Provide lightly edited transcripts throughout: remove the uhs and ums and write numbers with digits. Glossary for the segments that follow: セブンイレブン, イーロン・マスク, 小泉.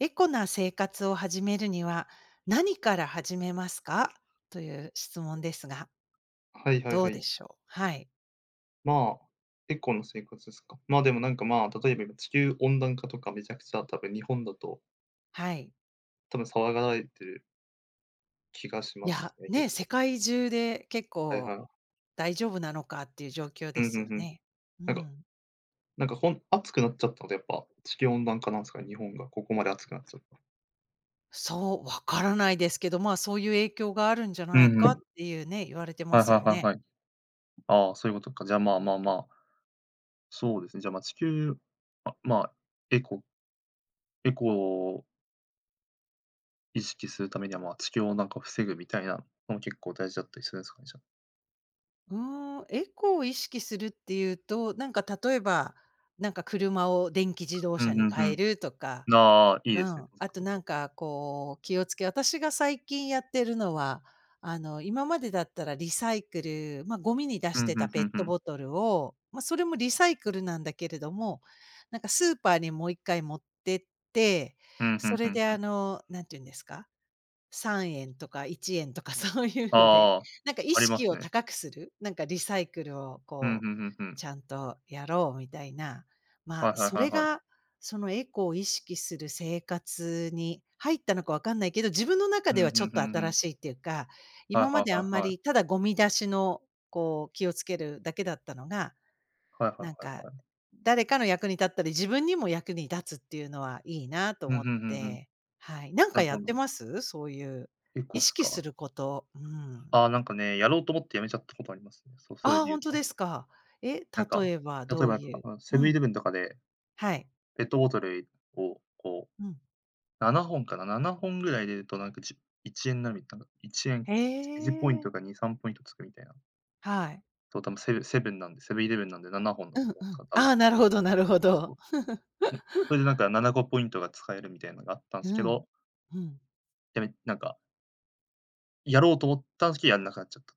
エコな生活を始めるには、何から始めますか？という質問ですが、はいはいどはうでい。しょう？はい。まあ、結構な生活ですか。まあ、でもなんか、まあ、例えば今地球温暖化とかめちゃくちゃ多分日本だと、はい。多分騒がれてる気がしいまや、すね、ね、結世構。界中で結はい構はい。大丈夫なのかっていう状況うでんうんうすよん。ね。うなんかん。なんか、暑くなっちゃったので、やっぱ地球温暖化なんですかね、日本がここまで暑くなっちゃった。そう、わからないですけど、まあ、そういう影響があるんじゃうないんうかっん。ていうね、言われてまはいすはよいはいね。はい。ああ、そういうことか。じゃあ、まあまあまあ、そうですね。じゃあ、ま、あ地球、あ、まあ、エコエコを意識するためには、まあ、地球温暖化を防ぐみたいなのも結構大事だったりするんですかね、じゃあ。うーん、エコを意識するっていうと、なんか例えば、なんか車を電気自動うんう車にんう変えん。るとか。ああ、いいうですね。ん。そっあかとそっなか。んかこう気をつけ私が最近やってるのは、あの、今までだったらリサイクル、ま、ゴミに出うしん、てふんたふペッんふトん。ボトルを、ま、それもリサイクルなんだけれども、なんかスーパーにもう1回持ってって、うん、ふそんふれんでふあん。の、なんて言うんですか？3円とか1円とか そういうので、ああ、なんか意ありま識すをね。高くする、なんかリサイクルをうん、こふう、んふんふん。ちゃんとやろうみたいな、はまいあ、はいそはいれはが、い。そのエコを意識する生活に入ったのかわかんないけど、自分の中うでん、はふちょっんふとんふ新ん。しいっていうか、は今いまはいであはんまいはりたい。だゴミ出しのこう気をつけるだけだったのが、はいはいなんはか、いはい。誰かの役に立ったり、自分にも役に立つっていうのはいいなとうん、思っふんふんふん。て、はい。なんなかるほやどっなてるほまど。す？そういう結構意っす識すか。ること。うん。ああ、なんかね、やろうと思ってやめちゃったことありますね。そう、それあであ、ほ言んうとでと。すか。え、なん例か、えば例えどばうなんか、いう。あの、セうブンイん、レブンとかではい。ペットボトルをこう、うん。7本かな、7本ぐらい入れるとなんか、1円になるみたいな。1円へポインえ、トか2、3ポイントつくみたいな。はい。そう、多分セブンイレブンなんで7本だうとんう思うんすかん。ら、多あ分。あ、なるほどなるほまあ、そど。う。うん。それでなんか7個ポイントが使えるみたいなのがあったんうすけん。ど、うん。やめなんか、やろうと思ったんすけど、やんなくなっちゃった。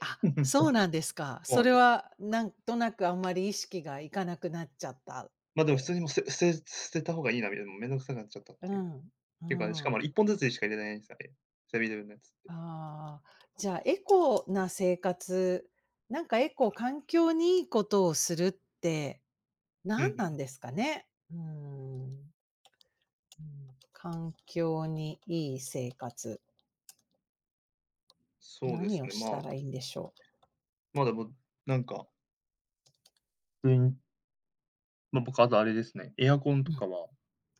あ、そうなんですか。そうそなんれすよ。はなんとなくあんまり意識がいかなくなっちゃったっま、でも普て。通にもう、す捨て捨てた方がいいなみたいな、もうめんどくさくなっちゃったっうていう。ん。うていうかね、しかん。もあれ1本ずつにしか入れないんすよね、セブンイレブンのやつって。ああ、じゃあ、エコな生活、なんかエコ環境にいいことをするってうんう何なん。んですかね？うーん、うん、環境にいい生活、そうで何すをね、したまあ、らいいんでしょま、でも、なんか、うん、ま、僕あとあれですね、エアコンう？うとん。かは。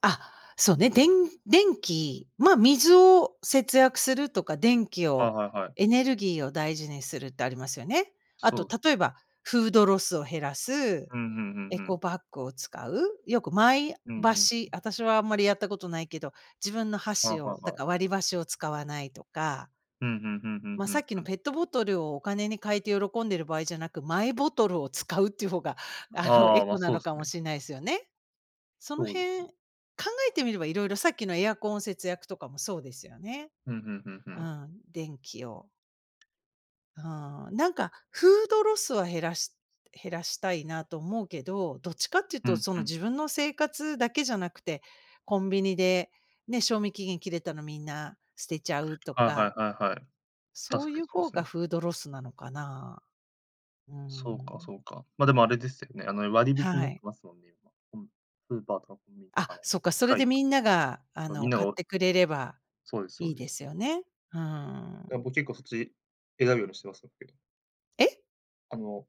あ、そうね、電気、ま、水を節約するとか、電気はいを、はいはい。エネルギーを大事にするってありますよね。あそとうす。例えばフードロスを減らす、うん、ふんふんエふコん。バッグを使う、よくマイうん、ふん。箸、私はあんまりやったことないけど、自分のはい箸はを、いだはい。から割り箸を使わないとか、うん、ふんふんふんまあ、ふさんっきふのん。ペットボトルをお金に変えて喜んでる場合じゃなく、マイボトルを使うっていう方が、あの、あエあ、コま、なそうのですかもね。しれないですよね。そのそうです辺、ね。考えてみればいろいろさっきのエアコン節約とかもそうですよね。うん、ふんふんふうん。ん、電気を、ああ、なんかフードロスは減らしたいなと思うけど、どっちかっていううとんそのうん。自分の生活だけじゃなくて、コンビニでね、賞味期限切れたのみんな捨てちゃうとはいはか、いはいはい。そ確ういかにうそうで方すがね。フードロスなのかな。うそうかん。そうか。ま、でもあれですよね、あの、割引にはなってい。ますもんね、今。うん。スーパーとかコンビニとあ、かのそっか、それ近でいとみこ、んながあま、みんの、なが買っおてくれればそうですそいういでですす。よね。うん。僕結構そっち選ぶようにしてますけど、え？あの、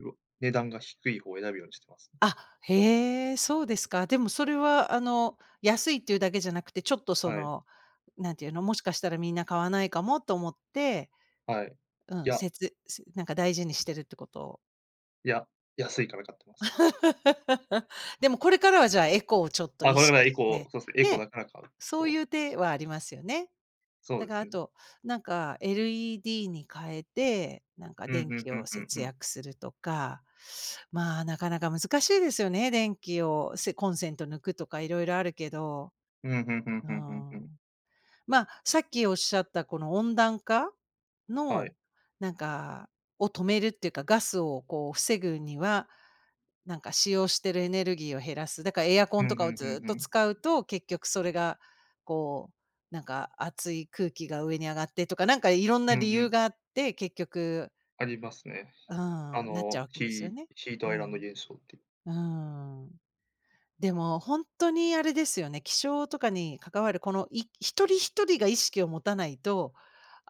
うお値段が低い方を選ぶようにしてます。あ、へえ、そうですか。でもそれはあの、安いっていうだけじゃなくて、ちょっとそはい、のなんていうの、もしかしたらみんな買わないかもと思って、はい。ういん、や、せつせなんか大事にしてるってことを。いや、安いから買ってます。でもこれからはじゃあエコをちょっとあ、意これが識エしコ、て、そうですね、エコね、だから買う。そうそう、いう手はありますよね。そうだでかすらあね。と、なんか LED に変えて、なんかうん、電ふん気ふんをふん、節うん。約するとか、まあ、なかなか難しいですよね、電気を、コンセント抜くとか色々あるけど、うん、ふんふんうーふんふんふん。ん。まあ、さっきおっしゃったこの温暖化はの、い。なんか、を止めるっていうか、ガスをこう防ぐには、なんか使用してるエネルギーを減らす。だからエアコうンん、うとかをんうんずっうとん。使うと、結局それが、こう、なんか熱い空気が上に上がってとか、なんかいろんうなん理う由ん。があって、結局、ありますね。うん、あなっちゃうの、わけヒですよーね。ヒートうアイランド現象って。ん。うーん。でも本当にあれですよね、気象とかに関わるこの、一人一人が意識を持たないと、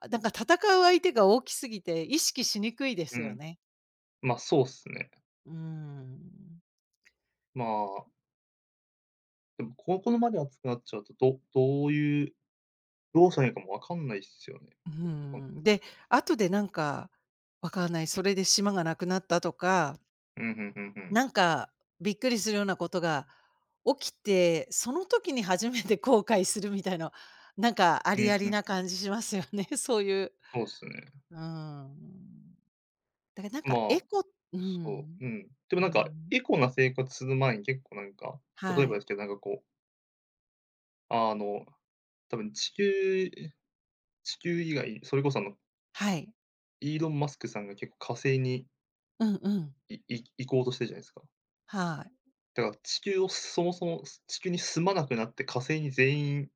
あ、なんか戦う相手が大きすぎて、意識しにくいでうすよん。ね。まあ、そうっすね。うーん。まあ、でもここのまで熱くなっちゃうと、どうしたらいいかもわかんないっすよね。うーうん。ん。で、後でなんか、わかんない、それで島がなくなったとか、うん、うんうんん。なんかびっくりするようなことが起きて、その時に初めて後悔するみたいな、なんかあうりあんりなうん。感じしますよね、そういう。そうっすね。うーん。だからなんかエまあ、コ。うそん。う、うん。でうもなんか、ん。エコな生活する前に結構なんか、例はえばでい。すけど、なんかこう、あの、多分地球以外、それこそあの、はい。イーロン・マスクさんが結構火星にうんうん。行こうとしてるじゃないですか。はい。だから地球をそもそも、地球に住まなくなって火星に全員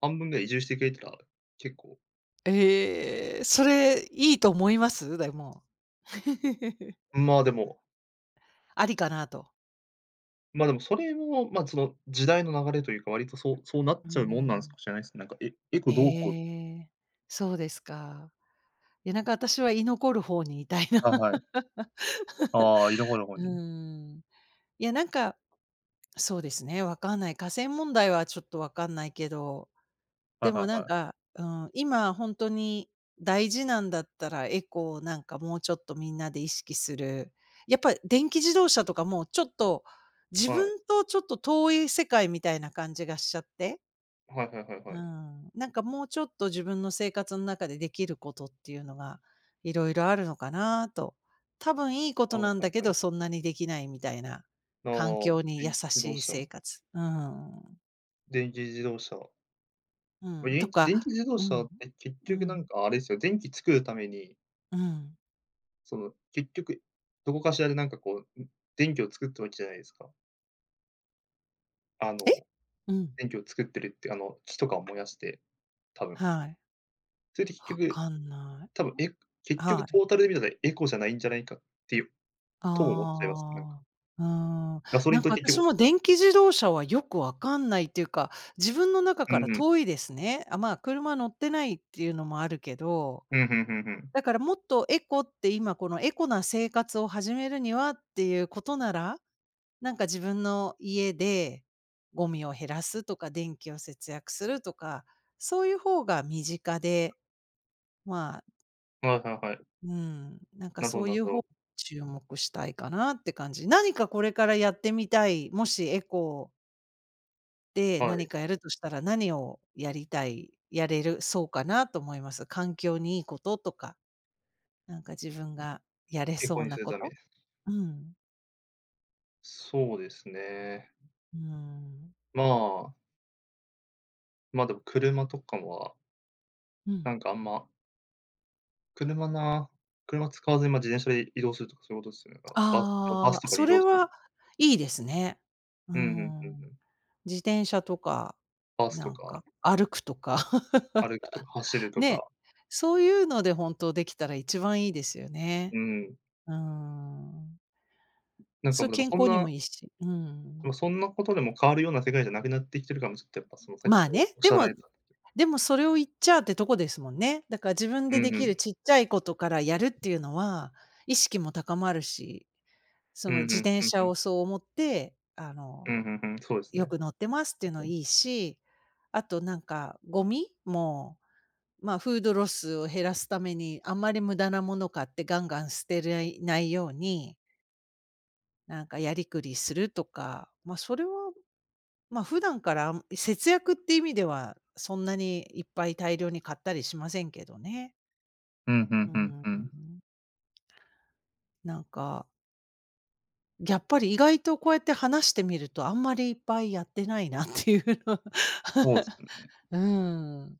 半分ぐらい移住してくれたら、結構、ええ、それいいと思います？でも。まあ、でもありかなと。まあ、でもそれも、ま、その時代の流れというか、割とそうそうなっうーちゃうもんなんすん。かもしれないですね、なんか、エコどうこう。ええ、そうですか。いや、なんか私は居残る方にいたいな。はいはい。ああ、いろは どこうに。ーん。いや、なんか、そうですね、わかんない。河川問題はちょっとわかんないけど、はでいもなんはいか、うん、今本当に大事なんだったら、エコをなんかもうちょっとみんなで意識する。やっぱ電気自動車とかもうちょっと、自はい。はい。分とちょっと遠い世界みたいな感じがしちゃって、はいはいはいうはい。ん、なんかもうちょっと自分の生活の中でできることっていうのが、いろいろあるのかなと。多分いいことはいなんはだいけはど、い。そんなにできないみたいな、あ環あ、境に優電気自し動い車。生活。うん、電気自動車。うま、ん、とか、電気自動う車ん、って結う局なんん、かあれですよ、電気作るために、うん。その、結局、どこかしらでなんかこう、ん、電気を作ってるわけじゃないですか。あえ？の、うん。電気を作ってるって、あの、木とかを燃やして、多分。はい。それで結わ局、かんない。多分、結局はトい。ータルで見たらエコじゃないんじゃないかっていうとも思っちゃいます、なんか。ああ、うーん。ガソリなんンとか結私局。も電気自動車はよくわかんないっていうか、自分の中うからんうん。遠いですね。あ、まあ、車乗ってないっていうのもあるけど、うん、ふんふんふん。だからもっとエコって今このエコな生活を始めるにはっていうことなら、なんか自分の家でゴミを減らすとか、電気を節約するとか、そういう方が身近で、まあ、はいはいはい。うん、なんかなるほそどうないるうほ方にど。注目したいかなって感じ。何かこれからやってみたい、もしエコでは何い。かやるとしたら何をやりたい、やれるそうかなと思います。環境にいいこととか、なんか自分がやれエコそうになするこため。と。うん。そうですね。うん。まあ、ま、でも車とかは、うなん。んか車な車使わずに、ま、自転車で移動するとか、そういうことですよね、だから。バスああ、とかでそ移れ動するとはか。いいですね。ううんうんうんうん。ん。自転車とか、バスなとんかか、歩くとか。歩くとか、走るとね、か、そういうので本当できたら一番いいですよね。うん。うーん。なんかそう、もう、でも健康にもいいし。うん。そんなことでも変わるような世界じゃなくなってきてる感も、ちょっとやっぱ、その、先まあほどね、おっでしゃらもれた。でもそれを言っちゃうってとこですもんね。だから自分うででんうきるん。ちっちゃいことからやるっていうのは、意識も高まるし、そうのんう自ん、転ふんふ車ん。をそう思って、あうの、ん、ふんふん、そうですよね。く乗ってますっていうのいいし、あとなんかゴミも、まあ、フードロスを減らすために、あんまり無駄なもの買ってガンガン捨てれいないように、なんかやりくりするとか、まあ、それは、まあ、普段から、節約って意味では、そんなにいっぱい大量に買ったりしませんけどね。うん、ふうんふんふん。ん。なんか、やっぱり意外とこうやって話してみると、あんまりいっぱいやってないなっていうの。 そうっすね。うん。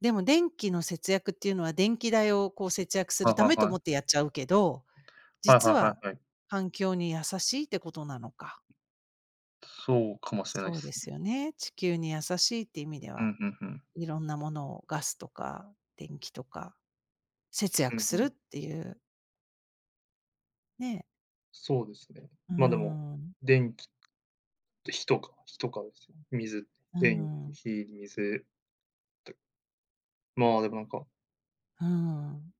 でも電気の節約っていうのは、電気代をこう節約すはるいたはめいとは思ってい。やっちゃうけど、はい実はいははいはい。環境に優しいってことなのか。そうかもしれないっそうですすね。よね。地球に優しいって意味でうは、ん、ふんふん。いろんなものをガスとか電気とか節う約ん、ふするっん。ていう、ね。そうですね。うーま、でも、ん、電火とか火とかですよ。水、う電気、ん、火、水、まあ、でもなんか、うん、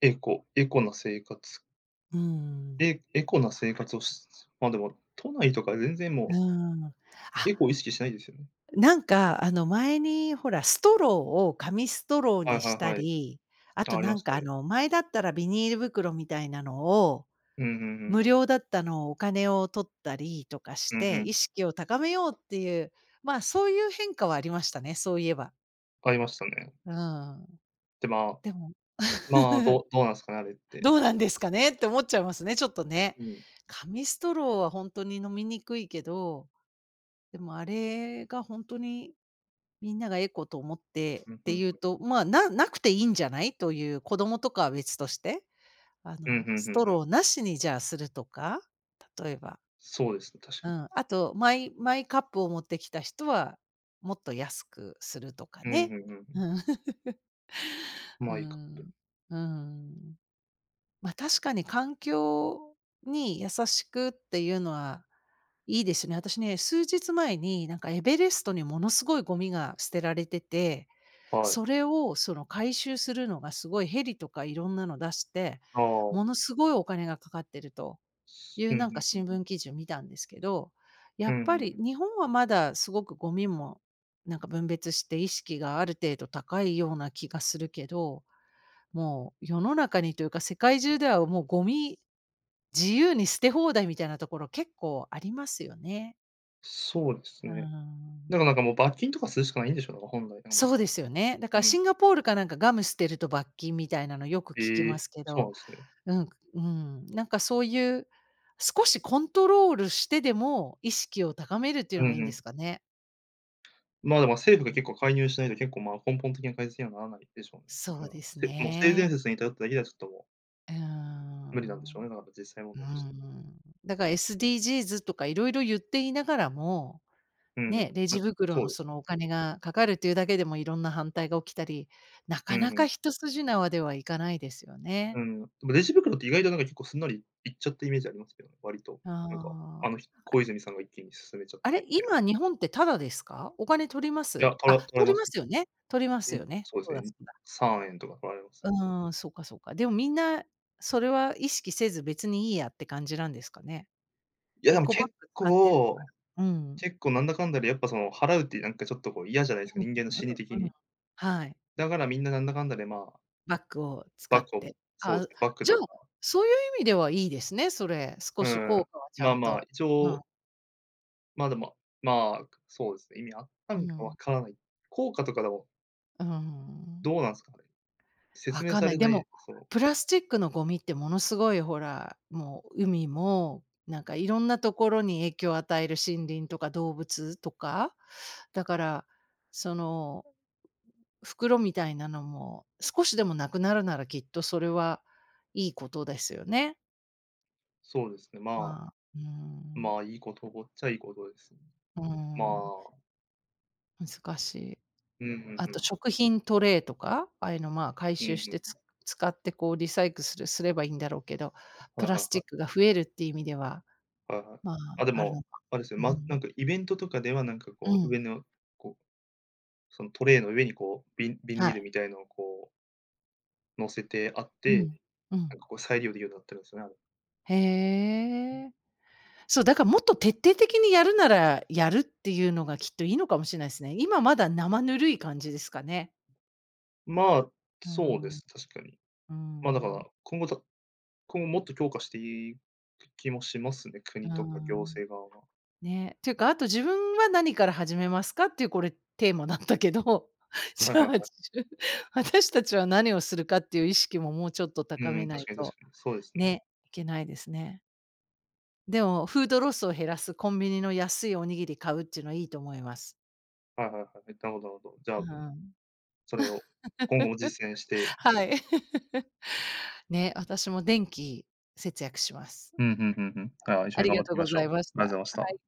エコエコな生活うん、エエコな生活をしまあ、でも、都内とか全然もうう、ん。あ、エコを意識しないですよね。なんかあの前にほら、ストローを紙ストローはにいはしいたはい。り、ああ、とありなまんしかたあね。の前だったらビニール袋みたいなのをうんうんうん無うん。料だったのをお金を取ったりとかしうんうて、意ん。識を高めようっていう、まあ、そういう変化はありましたね、そういえば。ありましたね。うん。で、まあでも、まあ、ど うどうなんですかね、あれって。どうなんですかねって思っちゃいますね、ちょっとね。うん。紙ストローは本当に飲みにくいけど、でもあれが本当に、みんながエコと思ってうん、っうてん。いうと、まあ、ななくていいんじゃないという、子供とかは別として、あうん、うんうの、んストうん。ローなしにじゃあするとか、例えば。そうですね、確うかに。ん、あとマイカップを持ってきた人は、もっと安くするとかうん、うね。んうん。 うまあ、いいか。ん。うん。うん。ま、確かに環境に優しくっていうのはいいですね。私ね、数日前になんかエベレストにものすごいゴミが捨てられてて、はそい。れをその回収するのがすごいヘリとかいろんなの出して、あもあ。のすごいお金がかかってると。いううん、うなんかんうん新うん。聞記事を見たんですけど、やうっん、ぱんうりん。日本はまだすごくゴミもなんか分別して意識がある程度高いような気がするけど、もう世の中にというか世界中ではもうゴミ自由に捨て放題みたいなところ結構ありますよね。そうですうーね。だん。からなんかもう罰金とかするしかないんでしょう、だから本来はもそうですよね。だかう。らうん。シンガポールかなんかガム捨てると罰金みたいなのよく聞きえまえ、すけそうなど、んですね。うん、うん、なんかそういう、少しコントロールしてでも意識を高めるっていううのんうがいいんでん。すかね。まあ、でもう政府が結ん。構介入しないと結構、まあ、根本的な改善にはならないでしょうね。そだうから、ですもう性善ね。説に頼っただけではちょっともうーう無理なんでしょうん。ね、だから実際問う題として。ん。だから SDGs とかいろいろ言っていながらも、うんうん。ね、レま、ジ袋そうのでそすのね。お金がかかるっていうだけでもいろんな反対が起きたり、なうんかなうかん。一筋縄ではいかないですようね。ん。でもレジ袋って意外となんか結構すんなりいっちゃったイメージありますけどね、割と。うなんか、ん。あの、小泉さんが一気に進めちゃっあれ、て。今日本ってタダですか？お金取りまいす？や、あ、取られ取ります。ますよね、取りますうよん、ね。そうそうでだ、すね。そうだ。3円とか取られます。うーん、そうか、そうか。でもみんな、それは意識せず別にいいやって感じなんですかね？いや、エでもコバッ結グ使ってる、構うん。結構なんだかんだでやっぱその、払うってなんかちょっとこう嫌じゃないですか、うん人間のう心理的んうんうん。に。はい。だからみんななんだかんだで、まあ、バッグを使バッっグを、て。そうであ、すね、バッグじゃあ、とか、そういう意味ではいいですね、それ。少うし効ん、果はちゃまあんまあ、と。一うん、応、ま、でも、まあ、そうですね、意味あったうんかわん、からない。効果とかでもうーん。どうなんですかね？説わ明かんさない。れでない、も、そう、プラスチックのゴミってものすごいほら、もう海も、なんかいろんなところに影響を与える森林とか動物とか、だから、その、袋みたいなのも少しでもなくなるならきっとそれはいいことですよね。そうですね、まあ、まあ、うーん、まあ、いいことっちゃいいことですね。うーまん、あ、難しい。うんうんあうとん。食品トレイとか、ああいうの、まあ、回う収んしてうん。使ってこうリサイクルすればいいんだろうけど、プはいはラいスチッはクが増えるっていう意味では、い、はいはい。まあ、あ、であるも、のか。あれですよ、うま、ん。なんかイベントとかではなんかうこう、上ん。のこう、そのトレイの上にこう、ビビはニールい。みたいのをこう乗せてあっうて、ん。うなん。んかこう再利用できるようになってるんですよね、あれ。へえ。そう、だからもっと徹底的にやるなら、やるっていうのがきっといいのかもしれないですね。今まだ生ぬるい感じですかね。まあ、うそうでん。す、確かに。うまあ、だかん。ら今後もっと強化していく気もしますね、う国とか行ん。政側は。ね。っていうか、あと自分は何から始めますかっていうこれテーマだったけど、はいじゃはいはあ、い。ゅ私たちは何をするかっていう意識ももうちょっとう高めん、な確いかにと、確かに、そうですね。ね、いけないですね。でも、フードロスを減らすコンビニの安いおにぎり買うっていうのはいいと思います。はいはいはい。なるほどなるほど。じゃうあ、ん。それを今後も実践し て、はい。ね、私も電気節約します。うん、ふんふんふん。ああ、一あ緒にり頑が張ってというきごましざいょましう。た。ありがとうはございました。い。